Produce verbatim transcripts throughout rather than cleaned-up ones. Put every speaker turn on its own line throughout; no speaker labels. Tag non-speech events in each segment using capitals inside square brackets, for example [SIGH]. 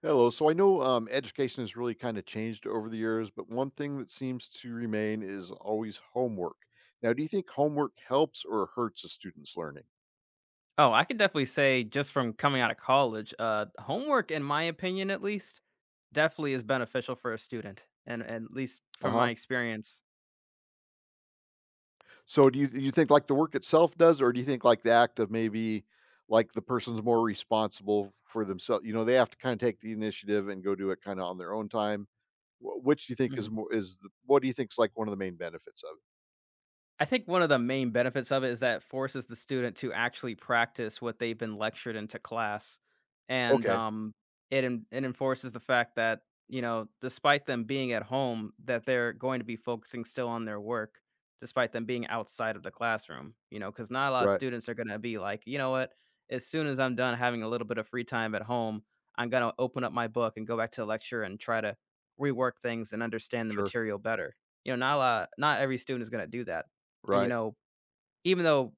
Hello. So I know um, education has really kind of changed over the years, but one thing that seems to remain is always homework. Now, do you think homework helps or hurts a student's learning?
Oh, I could definitely say just from coming out of college, uh, homework, in my opinion, at least, definitely is beneficial for a student, and and at least
Uh
from my
huh.
experience.
So do you do you think like the work itself does, or do you think like the act of maybe like the person's more responsible for themselves? You know, they have to kind of take the initiative and go do it kind of on their own time. Wh- Which do you think is more is the, what do you think is like one of the main benefits of
I think one of the main benefits of it is that it forces the student to actually practice what they've been lectured into class,
it?
and,
Okay,
um, it en it enforces the fact that, you know, despite them being at home, that they're going to be focusing still on their work despite them being outside of the classroom, you know, because not a lot of
right,
students are gonna be like, "You know what? As soon as I'm done having a little bit of free time at home, I'm gonna open up my book and go back to the lecture and try to rework things and understand the
sure,
material better." You know, not a lot not every student is gonna do that. And, you
right,
know, even though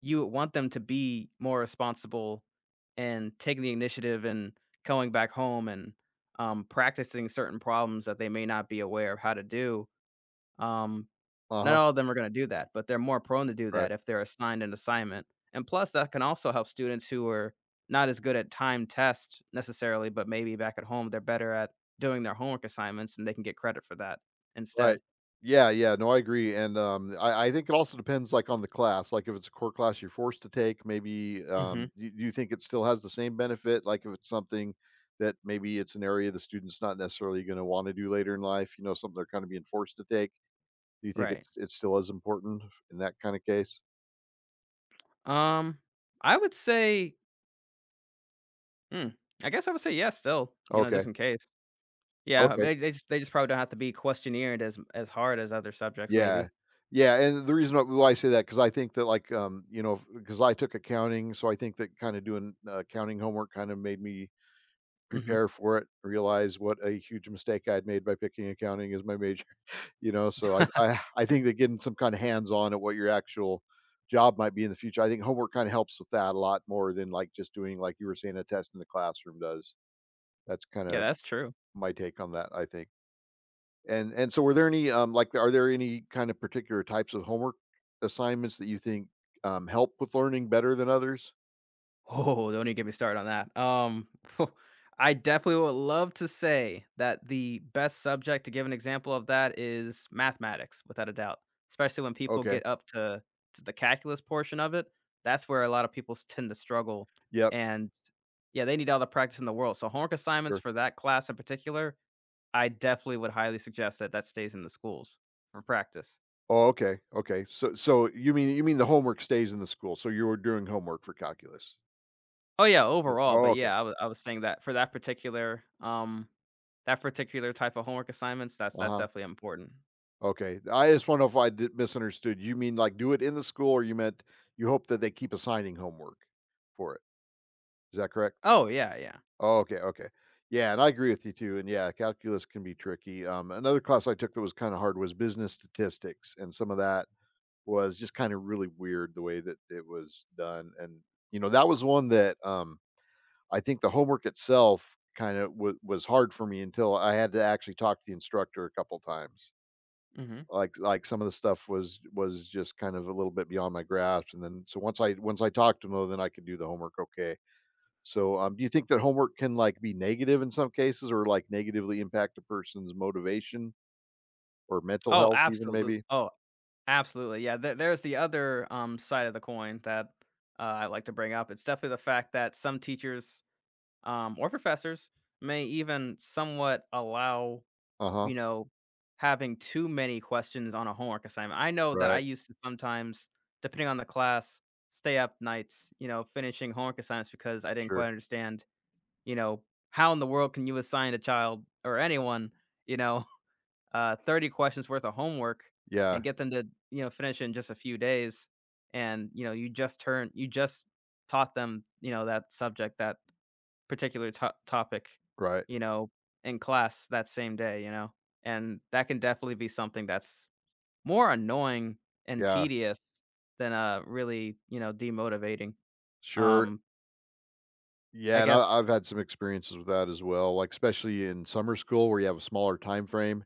you want them to be more responsible and taking the initiative and going back home and um, practicing certain problems that they may not be aware of how to do, um,
uh
not
huh,
all of them are going to do that, but they're more prone to do
right.
that if they're assigned an assignment. And plus, that can also help students who are not as good at time tests necessarily, but maybe back at home they're better at doing their homework assignments and they can get credit for that instead.
Right. Yeah, yeah. No, I agree. And um, I, I think it also depends, like, on the class. Like, if it's a core class you're forced to take, maybe
Hmm.
um, you, you think it still has the same benefit. Like, if it's something that maybe it's an area the student's not necessarily going to want to do later in life, you know, something they're kind of being forced to take. Do you think
Right.
it's it's still as important in that kind of case?
Um, I would say, hmm, I guess I would say yes still, you know, just
Okay.
in case. Yeah,
Okay.
they they just they just probably don't have to be questioneered as as hard as other subjects
Yeah.
maybe.
Yeah. And the reason why I say that, because I think that, like, um, you know, because I took accounting. So I think that kind of doing uh, accounting homework kind of made me
Mhm.
prepare for it, realize what a huge mistake I'd made by picking accounting as my major, [LAUGHS] you know, so I
[LAUGHS]
I I think that getting some kind of hands-on at what your actual job might be in the future, I think homework kinda helps with that a lot more than, like, just doing, like you were saying, a test in the classroom does. That's
Yeah,
kinda
that's true.
my take on that, I think. And and so were there any, um, like, are there any kind of particular types of homework assignments that you think, um, help with learning better than others?
Oh, don't even get me started on that. Um, [LAUGHS] I definitely would love to say that the best subject to give an example of that is mathematics, without a doubt, especially when people
Okay.
get up to to the calculus portion of it. That's where a lot of people s- tend to struggle,
Yep.
and yeah, they need all the practice in the world. So homework assignments
Sure.
for that class in particular, I definitely would highly suggest that that stays in the schools for practice.
Oh, okay, okay. So so you mean you mean the homework stays in the school, so you were doing homework for calculus?
Oh, yeah,
Th
overall,
Oh,
but
okay.
yeah, I was I was saying that for that particular, um, that particular type of homework assignments, that's that's
Uh-huh.
definitely important.
Okay. I just want to know if I did misunderstood. You mean, like, do it in the school, or you meant you hope that they keep assigning homework for it? Is that correct?
Oh, yeah, yeah.
Oh, okay, okay. Yeah, and I agree with you too, and yeah, calculus can be tricky. Um, another class I took that was kinda hard was business statistics, and some of that was just kinda really weird the way that it was done, and, you know, that was one that, um I think the homework itself kinda wa was hard for me until I had to actually talk to the instructor a couple times.
Mhm.
Like like, some of the stuff was was just kind of a little bit beyond my grasp, and then so once I once I talked to 'em, though, then I could do the homework okay. So, um, do you think that homework can, like, be negative in some cases or, like, negatively impact a person's motivation or mental
Oh,
health even
absolutely.
maybe?
Oh, absolutely, yeah, there there's the other, um, side of the coin that, uh, I like to bring up. It's definitely the fact that some teachers, um, or professors may even somewhat allow,
Uh-huh.
you know, having too many questions on a homework assignment. I know that I
Right.
used to sometimes, depending on the class, stay up nights, you know, finishing homework assignments because I didn't quite
Sure.
understand, you know, how in the world can you assign a child or anyone, you know, [LAUGHS] uh, thirty questions worth of homework
Yeah.
and get them to, you know, finish in just a few days. And, you know, you just turn, you just taught them, you know, that subject, that particular to topic,
Right.
you know, in class that same day, you know? And that can definitely be something that's more annoying and
Yeah.
tedious than, uh, really, you know, demotivating.
Sure.
Um, I
Yeah, and I
guess,
I've had some experiences with that as well, like, especially in summer school where you have a smaller time frame,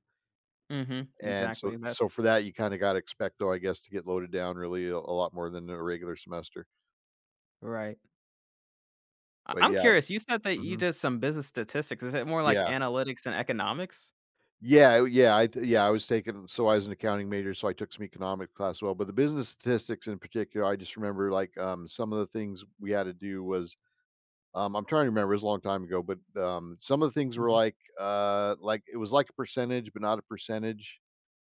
mhm,
and so
exactly, that's
so for that, you kinda gotta expect, though, I guess, to get loaded down really a a lot more than a regular semester.
right. I
But
I'm
yeah.
curious, you said that you
Mhm.
did some business statistics, is it more like
Yeah.
analytics and economics?
Yeah, oh, yeah, I th yeah, I was taking so I was an accounting major, so I took some economics class as well, but the business statistics in particular, I just remember, like, um, some of the things we had to do was. Um, I'm trying to remember, it was a long time ago, but, um, some of the things were
Mhm.
like, uh, like it was like a percentage, but not a percentage.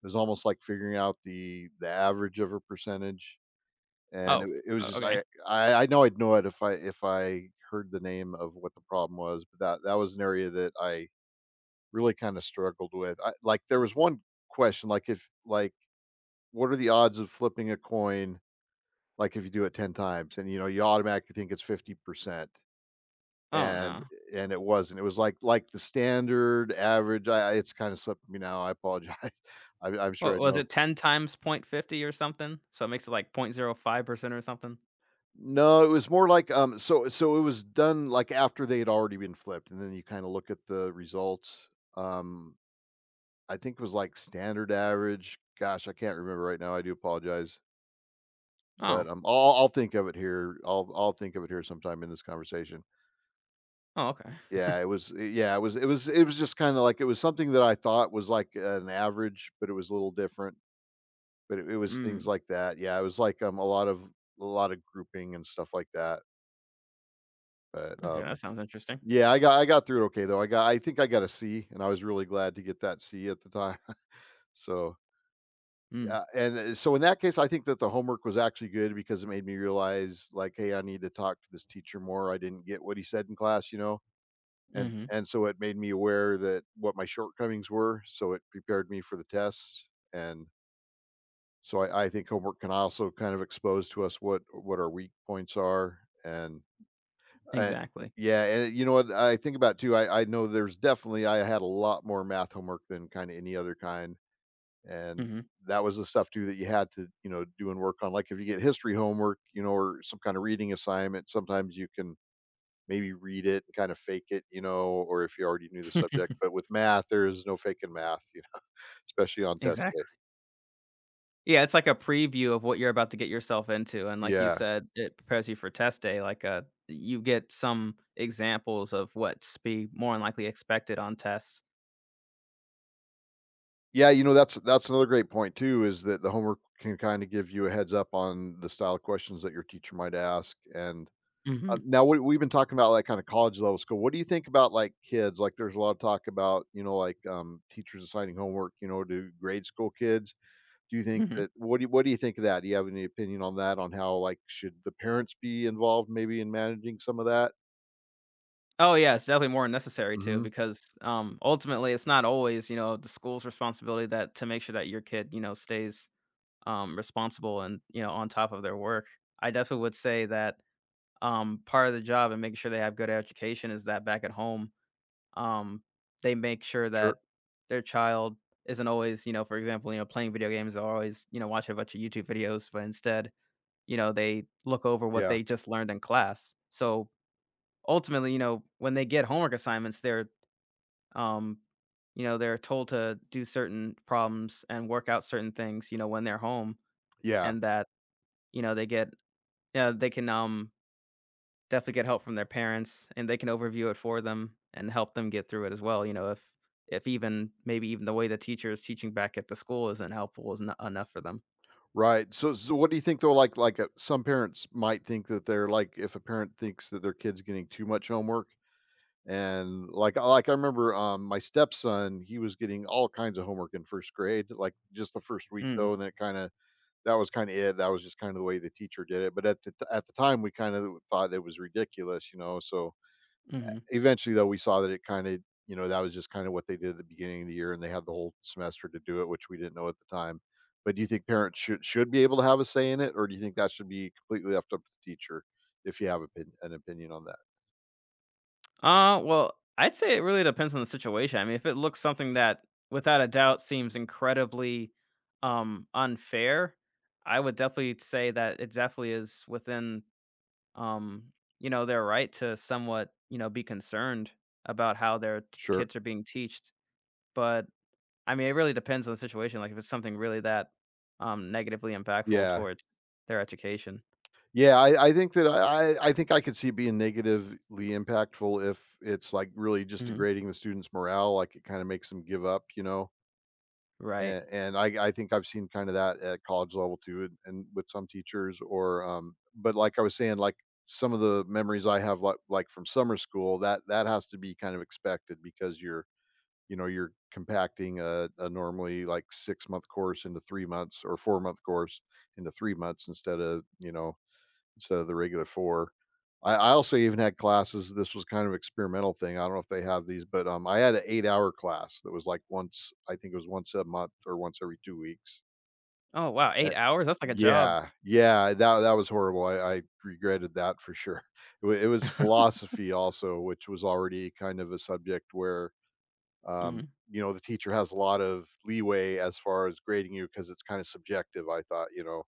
It was almost like figuring out the the average of a percentage, and
Oh,
it it
o
was just
Okay.
I I I know I'd know it if I if I heard the name of what the problem was, but that that was an area that I really kinda struggled with. I Like, there was one question, like, if like, what are the odds of flipping a coin, like, if you do it ten times? And, you know, you automatically think it's fifty percent.
Oh,
And
no.
and it wasn't. It was like like the standard average I I it's kinda slipped me now, I apologize. [LAUGHS] I'm I'm sure
What
I'd
was
know. If,
it ten times point 0.50 or something? So it makes it like point zero five percent or something?
No, it was more like, um, so so it was done, like, after they had already been flipped, and then you kinda look at the results. Um, I think it was, like, standard average. Gosh, I can't remember right now, I do apologize.
Oh.
But, um, I'll I'll think of it here. I'll I'll think of it here sometime in this conversation.
Oh, okay.
Yeah, it was yeah, it was it was it was just kinda like it was something that I thought was like an average, but it was a little different. But it it was things
Mm.
like that. Yeah, it was like, um, a lot of a lot of grouping and stuff like that. But,
Okay, that
um,
sounds interesting.
yeah, I got I got through it okay, though. I got I think I got a C, and I was really glad to get that C at the time. [LAUGHS] So,
Mm,
yeah, and, uh, so in that case, I think that the homework was actually good because it made me realize, like, "Hey, I need to talk to this teacher more. I didn't get what he said in class," you know? And
mhm,
and so it made me aware that what my shortcomings were, so it prepared me for the tests, and so I, I think homework can also kind of expose to us what what our weak points are, and and
exactly.
yeah, and you know what I think about too. I I know there's definitely I had a lot more math homework than kind of any other kind, and
Mhm.
that was the stuff too that you had to you know do and work on. Like if you get history homework, you know, or some kind of reading assignment, sometimes you can maybe read it and kind of fake it, you know, or if you already knew the subject. But
[LAUGHS]
with math, there is no faking math, you know, [LAUGHS] especially on test day.
Exactly. Yeah, it's like a preview of what you're about to get yourself into, and like you
Yeah.
said, it prepares you for test day, like, uh, you get some examples of what's be more than likely expected on tests.
Yeah, you know, that's that's another great point too, is that the homework can kinda give you a heads up on the style of questions that your teacher might ask, and,
Mhm,
uh, now we we've been talking about, like, kinda college level school. What do you think about, like, kids? Like, there's a lot of talk about, you know, like, um, teachers assigning homework, you know, to grade school kids. Do you think
mhm.
that what do you what do you think of that? Do you have any opinion on that, on how, like, should the parents be involved maybe in managing some of that?
Oh, yeah, it's definitely more necessary too
Mhm.
because, um, ultimately, it's not always, you know, the school's responsibility that to make sure that your kid, you know, stays, um, responsible and, you know, on top of their work. I definitely would say that um, part of the job and making sure they have good education is that back at home, um, they make sure
Sure.
that their child isn't always, you know, for example, you know, playing video games or always, you know, watching a bunch of YouTube videos, but instead, you know, they look over what
Yeah.
they just learned in class. So ultimately, you know, when they get homework assignments, they're, um, you know, they're told to do certain problems and work out certain things, you know, when they're home
Yeah.
and that, you know, they get, yeah, they can, um, definitely get help from their parents and they can overview it for them and help them get through it as well. You know, if if even maybe even the way the teacher is teaching back at the school isn't helpful is not enough for them.
Right, so so what do you think though, like like, uh, some parents might think that they're like, if a parent thinks that their kid's getting too much homework and like like I remember, um, my stepson, he was getting all kinds of homework in first grade, like, just the first week
Mm.
though, and then it kinda that was kinda it, that was just kinda the way the teacher did it, but at the t at the time, we kinda thought it was ridiculous, you know, so
Mhm.
eventually though we saw that it kind of you know that was just kind of what they did at the beginning of the year, and they had the whole semester to do it, which we didn't know at the time. But do you think parents should should be able to have a say in it, or do you think that should be completely left up to the teacher, if you have opin- an opinion on that?
Uh, well, I'd say it really depends on the situation. I mean, if it looks something that without a doubt seems incredibly um unfair, I would definitely say that it definitely is within, um, you know, their right to somewhat, you know, be concerned about how their t-
Sure.
kids are being teached. But I mean, it really depends on the situation, like, if it's something really that, um, negatively impactful
Yeah.
towards their education.
Yeah, i, I think that I, I I think I could see it being negatively impactful if it's like really just
Mhm.
degrading the students morale, like it kind of makes them give up you know
Right.
And, and I, I think I've seen kind of that at college level too, and, and with some teachers or, um, but like I was saying, like some of the memories I have, like, like from summer school, that, that has to be kind of expected because you're, you know, you're compacting a, a normally like six month course into three months or four month course into three months instead of, you know, instead of the regular four. I I also even had classes. This was kind of experimental thing, I don't know if they have these, but, um, I had an eight-hour class that was, like, once, I think it was once a month or once every two weeks.
Oh, wow, eight
Eh,
hours? That's like a job.
yeah, yeah, that that was horrible, I I regretted that for sure. [LAUGHS] It wa it was philosophy also, which was already kind of a subject where, um,
Mhm.
you know, the teacher has a lot of leeway as far as grading you because it's kinda subjective, I thought, you know,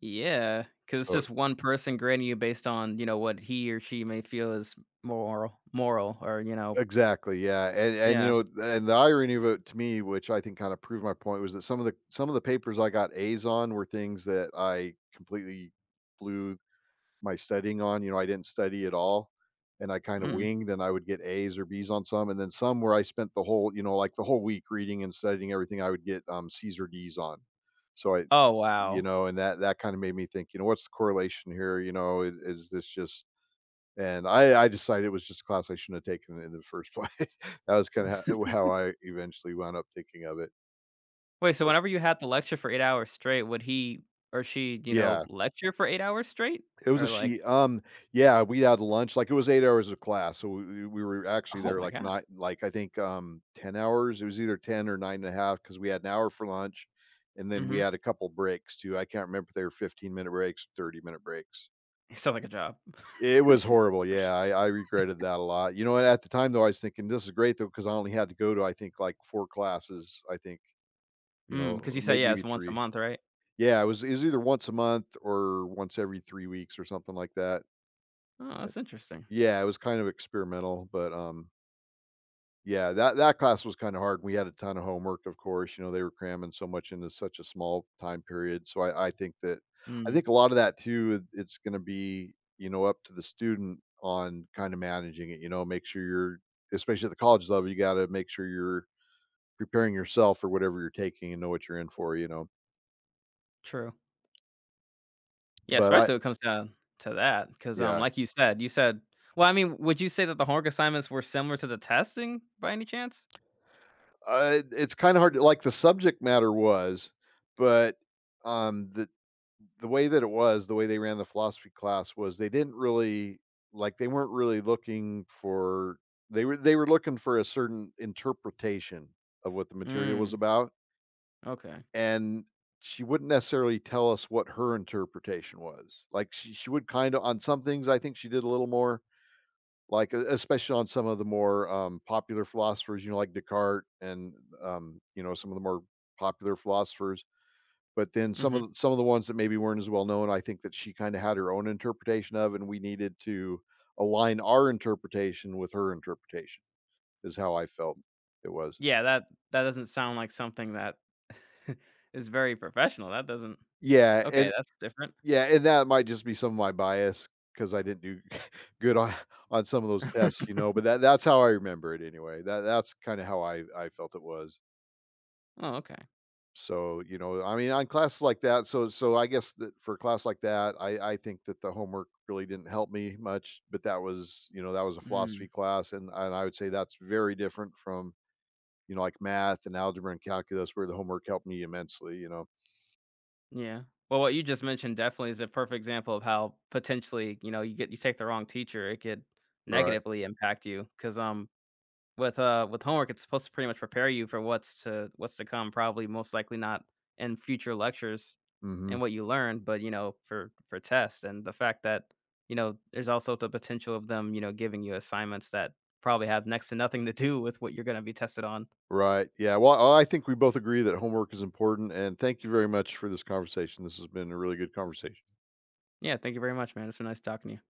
Because it's
so.
just one person grading you based on, you know, what he or she may feel is moral moral, or, you know.
Exactly, yeah, and and, you
Yeah.
know, and the irony of it to me, which I think kinda proved my point, was that some of the some of the papers I got A's on were things that I completely blew my studying on, you know, I didn't study at all, and I kinda
Mm.
winged, and I would get A's or B's on some, and then some where I spent the whole you know, like, the whole week reading and studying everything, I would get, um, C's or D's on. So I,
Oh,
you
wow.
know, and that that kinda made me think, you know, "What's the correlation here? You know, "Is is this just—" And I I decided it was just a class I shouldn't have taken in the first place. [LAUGHS] That was kinda ho
[LAUGHS]
how how I eventually wound up thinking of it.
Wait, so
But
whenever you had the lecture for eight hours straight, would he or she, you know,
yeah,
lecture for eight hours straight?
it was
Or,
a
like,
she, um, yeah, we had lunch. Like, it was eight hours of class, so we we were actually
oh
there,
my
like,
god.
not like, I think, um, ten hours. It was either ten or nine and a half because we had an hour for lunch, and then we
Mhm.
had a couple breaks too. I can't remember if they were fifteen minute breaks, thirty minute breaks.
It sounds like a job.
It was
[LAUGHS]
horrible, yeah, I I regretted that a lot. You know, at the time, though, I was thinking, "This is great, though, because I only had to go to, I think, like, four classes, I think, you
Mm,
know,
because you
or may
say, yeah,
maybe
it's once a
three"
month, right?
Yeah, it was, it was either once a month or once every three weeks or something like that.
Oh,
Uh,
that's interesting.
yeah, it was kind of experimental, but, um. Yeah, that that class was kinda hard. We had a ton of homework, of course, you know, they were cramming so much into such a small time period, so I I think that, I
Mm,
think a lot of that too, it's gonna be, you know, up to the student on kinda managing it, you know. Make sure you're, especially at the college level, you gotta make sure you're preparing yourself for whatever you're taking and know what you're in for, you know?
true. Yeah,
But I,
especially when it comes down to that. Because um,
yeah.
like you said you said, well, I mean, would you say that the homework assignments were similar to the testing by any chance?
I, it's kinda hard to like, the subject matter was, but, um, the the way that it was, the way they ran the philosophy class was they didn't really, like, they weren't really looking for they were they were looking for a certain interpretation of what the material was
Mm,
about,
okay.
and she wouldn't necessarily tell us what her interpretation was. Like, she she would kind of, on some things I think she did a little more, like, e- especially on some of the more, um, popular philosophers, you know, like Descartes and, um, you know, some of the more popular philosophers. But then some of
Mhm.
the some of the ones that maybe weren't as well known, I think that she kinda had her own interpretation of, and we needed to align our interpretation with her interpretation, is how I felt it was.
Yeah, that that doesn't sound like something that [LAUGHS] is very professional. That doesn't,
Yeah,
okay,
and
that's different.
yeah, and that might just be some of my bias because I didn't do [LAUGHS] good on on some of those tests, you know, but that that's how I remember it anyway. That that's kinda how I I felt it was.
Oh, okay.
So, you know, I mean, on classes like that, so so I guess that for a class like that, I I think that the homework really didn't help me much, but that was, you know, that was a
Mm,
philosophy class, and and I would say that's very different from, you know, like math and algebra and calculus where the homework helped me immensely, you know.
yeah. Well, what you just mentioned definitely is a perfect example of how potentially, you know, you get you take the wrong teacher, it could
Right.
negatively impact you. Because um, with, uh with homework, it's supposed to pretty much prepare you for what's to what's to come, probably most likely not in future lectures and
Mhm.
what you learn, but, you know, for for tests and the fact that, you know, there's also the potential of them, you know, giving you assignments that probably have next to nothing to do with what you're gonna be tested on.
Right. Yeah, well, well, I think we both agree that homework is important, and thank you very much for this conversation. This has been a really good conversation.
Yeah, thank you very much, man. It's been nice talking to you.